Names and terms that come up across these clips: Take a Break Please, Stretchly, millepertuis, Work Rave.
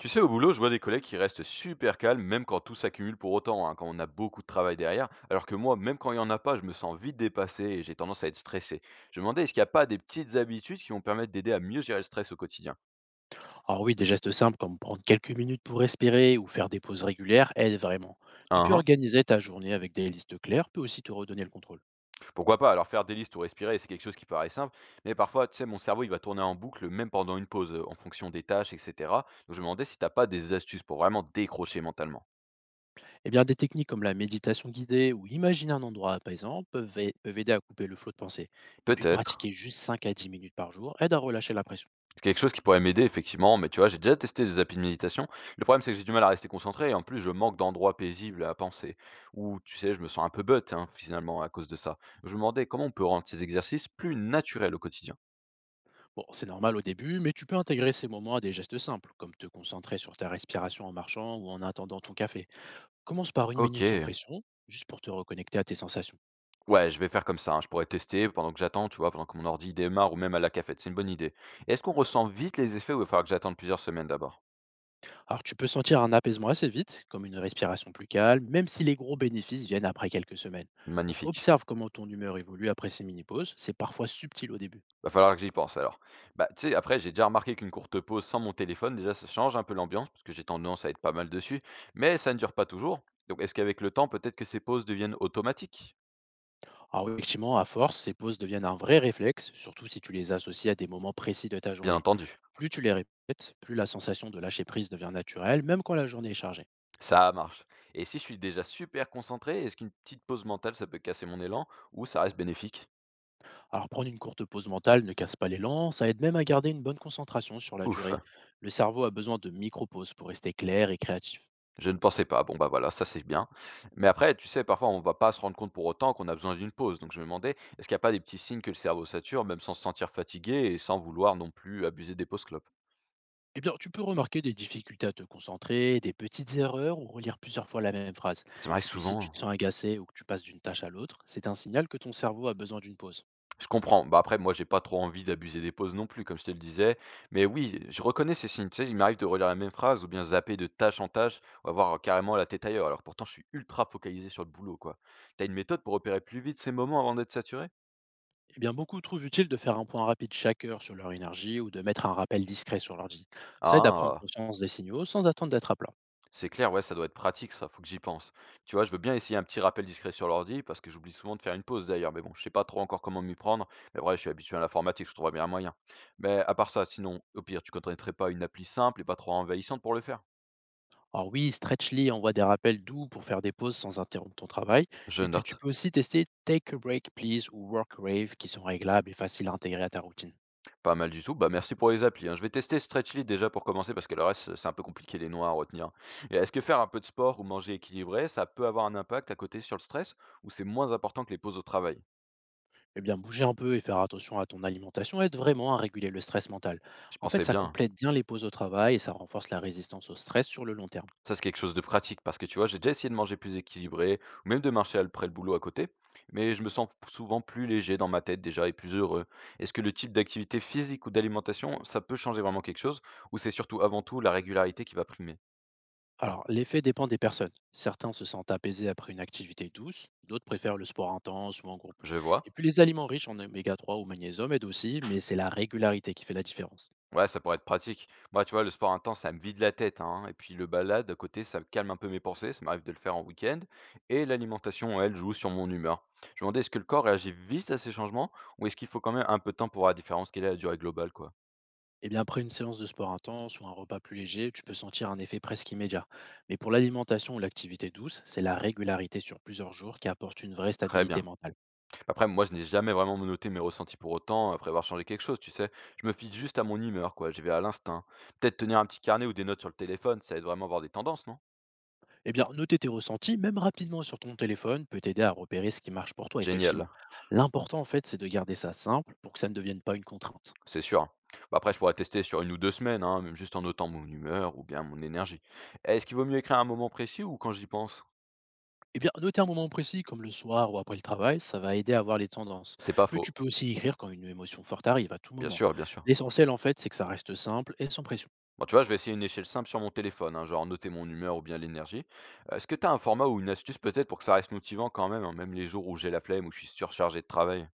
Tu sais, au boulot, je vois des collègues qui restent super calmes, même quand tout s'accumule pour autant, hein, quand on a beaucoup de travail derrière. Alors que moi, même quand il n'y en a pas, je me sens vite dépassé et j'ai tendance à être stressé. Je me demandais, est-ce qu'il n'y a pas des petites habitudes qui vont permettre d'aider à mieux gérer le stress au quotidien. Alors oui, des gestes simples comme prendre quelques minutes pour respirer ou faire des pauses régulières aident vraiment. Et Hein, puis hein. organiser ta journée avec des listes claires peut aussi te redonner le contrôle. Pourquoi pas. Alors faire des listes ou respirer, c'est quelque chose qui paraît simple, mais parfois, tu sais, mon cerveau, il va tourner en boucle, même pendant une pause, en fonction des tâches, etc. Donc je me demandais si t'as pas des astuces pour vraiment décrocher mentalement. Eh bien, des techniques comme la méditation guidée ou imaginer un endroit apaisant peuvent aider à couper le flot de pensée. Et puis Peut-être. pratiquer juste 5 à 10 minutes par jour aide à relâcher la pression. C'est quelque chose qui pourrait m'aider effectivement, mais tu vois, j'ai déjà testé des applis de méditation. Le problème, c'est que j'ai du mal à rester concentré et en plus, je manque d'endroits paisibles à penser. Ou, tu sais, je me sens un peu bête, hein, finalement à cause de ça. Je me demandais comment on peut rendre ces exercices plus naturels au quotidien. Bon, c'est normal au début, mais tu peux intégrer ces moments à des gestes simples, comme te concentrer sur ta respiration en marchant ou en attendant ton café. Commence par une minute sans Ok. pression, juste pour te reconnecter à tes sensations. Ouais, je vais faire comme ça, hein. Je pourrais tester pendant que j'attends, tu vois, pendant que mon ordi démarre ou même à la cafette. C'est une bonne idée. Est-ce qu'on ressent vite les effets ou il va falloir que j'attende plusieurs semaines d'abord? Alors tu peux sentir un apaisement assez vite, comme une respiration plus calme, même si les gros bénéfices viennent après quelques semaines. Donc Magnifique. observe comment ton humeur évolue après ces mini-pauses, c'est parfois subtil au début. Va falloir que j'y pense alors. Bah, tu sais, après, j'ai déjà remarqué qu'une courte pause sans mon téléphone, déjà, ça change un peu l'ambiance, parce que j'ai tendance à être pas mal dessus, mais ça ne dure pas toujours. Donc, est-ce qu'avec le temps, peut-être que ces pauses deviennent automatiques? Alors effectivement, à force, ces pauses deviennent un vrai réflexe, surtout si tu les associes à des moments précis de ta Bien journée. entendu. Plus tu les répètes, plus la sensation de lâcher prise devient naturelle, même quand la journée est chargée. Ça marche. Et si je suis déjà super concentré, est-ce qu'une petite pause mentale, ça peut casser mon élan ou ça reste bénéfique? Alors prendre une courte pause mentale ne casse pas l'élan, ça aide même à garder une bonne concentration sur la Ouf, durée. Le cerveau a besoin de micro-pauses pour rester clair et créatif. je ne pensais pas. Bon, bah voilà, ça c'est bien. Mais après, tu sais, parfois on va pas se rendre compte pour autant qu'on a besoin d'une pause. Donc je me demandais, est-ce qu'il n'y a pas des petits signes que le cerveau sature, même sans se sentir fatigué et sans vouloir non plus abuser des pauses clopes? Eh bien, tu peux remarquer des difficultés à te concentrer, des petites erreurs ou relire plusieurs fois la même phrase. Ça m'arrive Et puis, si tu te souvent. sens agacé ou que tu passes d'une tâche à l'autre, c'est un signal que ton cerveau a besoin d'une pause. Je comprends. Bah, après, moi, j'ai pas trop envie d'abuser des pauses non plus, comme je te le disais. Mais oui, je reconnais ces signes. Tu sais, il m'arrive de relire la même phrase ou bien zapper de tâche en tâche ou avoir carrément la tête ailleurs. Alors pourtant, je suis ultra focalisé sur le boulot, quoi. T'as une méthode pour repérer plus vite ces moments avant d'être saturé? Eh bien, beaucoup trouvent utile de faire un point rapide chaque heure sur leur énergie ou de mettre un rappel discret sur l'ordi. Ça aide à prendre Ah. conscience des signaux sans attendre d'être à plat. C'est clair, ouais, ça doit être pratique ça, faut que j'y pense. Tu vois, je veux bien essayer un petit rappel discret sur l'ordi, parce que j'oublie souvent de faire une pause d'ailleurs, mais bon, je sais pas trop encore comment m'y prendre, mais vrai, je suis habitué à l'informatique, je trouverais bien un moyen. Mais à part ça, sinon, au pire, tu connaîtrais pas une appli simple et pas trop envahissante pour le faire? Alors oui, Stretchly envoie des rappels doux pour faire des pauses sans interrompre ton travail. Je Et puis, tu note. peux aussi tester Take a Break Please ou Work Rave qui sont réglables et faciles à intégrer à ta routine. Pas mal du tout. Bah merci pour les applis, hein. Je vais tester Stretchly déjà pour commencer parce que le reste, c'est un peu compliqué les noms à retenir. Et est-ce que faire un peu de sport ou manger équilibré, ça peut avoir un impact à côté sur le stress ou c'est moins important que les pauses au travail? Eh bien, bouger un peu et faire attention à ton alimentation aide vraiment à réguler le stress mental. Je En fait, pensais ça bien. complète bien les pauses au travail et ça renforce la résistance au stress sur le long terme. Ça, c'est quelque chose de pratique parce que tu vois, j'ai déjà essayé de manger plus équilibré ou même de marcher après le boulot à côté, mais je me sens souvent plus léger dans ma tête déjà et plus heureux. Est-ce que le type d'activité physique ou d'alimentation, ça peut changer vraiment quelque chose ou c'est surtout avant tout la régularité qui va primer? Alors, l'effet dépend des personnes. Certains se sentent apaisés après une activité douce, d'autres préfèrent le sport intense ou en groupe. Je Et vois. puis, les aliments riches en oméga 3 ou magnésium aident aussi, mais c'est la régularité qui fait la différence. Ouais, ça pourrait être pratique. Moi, tu vois, le sport intense, ça me vide la tête, hein. Et puis le balade à côté, ça calme un peu mes pensées. Ça m'arrive de le faire en week-end. Et l'alimentation, elle, joue sur mon humeur. Je me demandais, est-ce que le corps réagit vite à ces changements ou est-ce qu'il faut quand même un peu de temps pour voir la différence? Quelle est la durée globale, quoi? Eh bien, après une séance de sport intense ou un repas plus léger, tu peux sentir un effet presque immédiat. Mais pour l'alimentation ou l'activité douce, c'est la régularité sur plusieurs jours qui apporte une vraie Très bien. stabilité mentale. Après, moi, je n'ai jamais vraiment noté mes ressentis pour autant, après avoir changé quelque chose, tu sais. Je me fie juste à mon humeur, quoi. J'y vais à l'instinct. Peut-être tenir un petit carnet ou des notes sur le téléphone, ça aide vraiment à voir des tendances, non? Eh bien, noter tes ressentis, même rapidement sur ton téléphone, peut t'aider à repérer ce qui marche pour toi, effectivement. Génial, L'important, en fait, c'est de garder ça simple pour que ça ne devienne pas une contrainte. c'est sûr. Bah, après, je pourrais tester sur une ou deux semaines, hein, même juste en notant mon humeur ou bien mon énergie. Est-ce qu'il vaut mieux écrire à un moment précis ou quand j'y pense? Eh bien, noter un moment précis, comme le soir ou après le travail, ça va aider à voir les tendances. C'est pas Mais tu faux. peux aussi écrire quand une émotion forte arrive, à tout Bien moment. sûr, bien sûr. L'essentiel, en fait, c'est que ça reste simple et sans pression. Bon, tu vois, je vais essayer une échelle simple sur mon téléphone, hein, genre noter mon humeur ou bien l'énergie. Est-ce que tu as un format ou une astuce peut-être pour que ça reste motivant quand même, hein, même les jours où j'ai la flemme ou je suis surchargé de travail?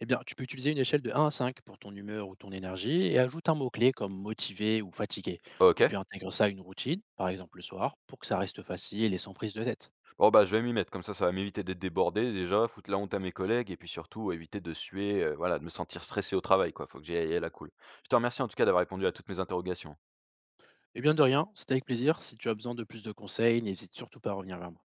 Eh bien, tu peux utiliser une échelle de 1 à 5 pour ton humeur ou ton énergie et ajoute un mot-clé comme motivé ou fatigué. Et Ok. puis intègre ça à une routine, par exemple le soir, pour que ça reste facile et sans prise de tête. Oh bah, je vais m'y mettre, comme ça va m'éviter d'être débordé déjà, foutre la honte à mes collègues et puis surtout éviter de suer, voilà, de me sentir stressé au travail quoi, faut que j'y aille à la cool. Je te remercie en tout cas d'avoir répondu à toutes mes interrogations, hein. Eh bien de rien, c'était avec plaisir. Si tu as besoin de plus de conseils, n'hésite surtout pas à revenir vers moi.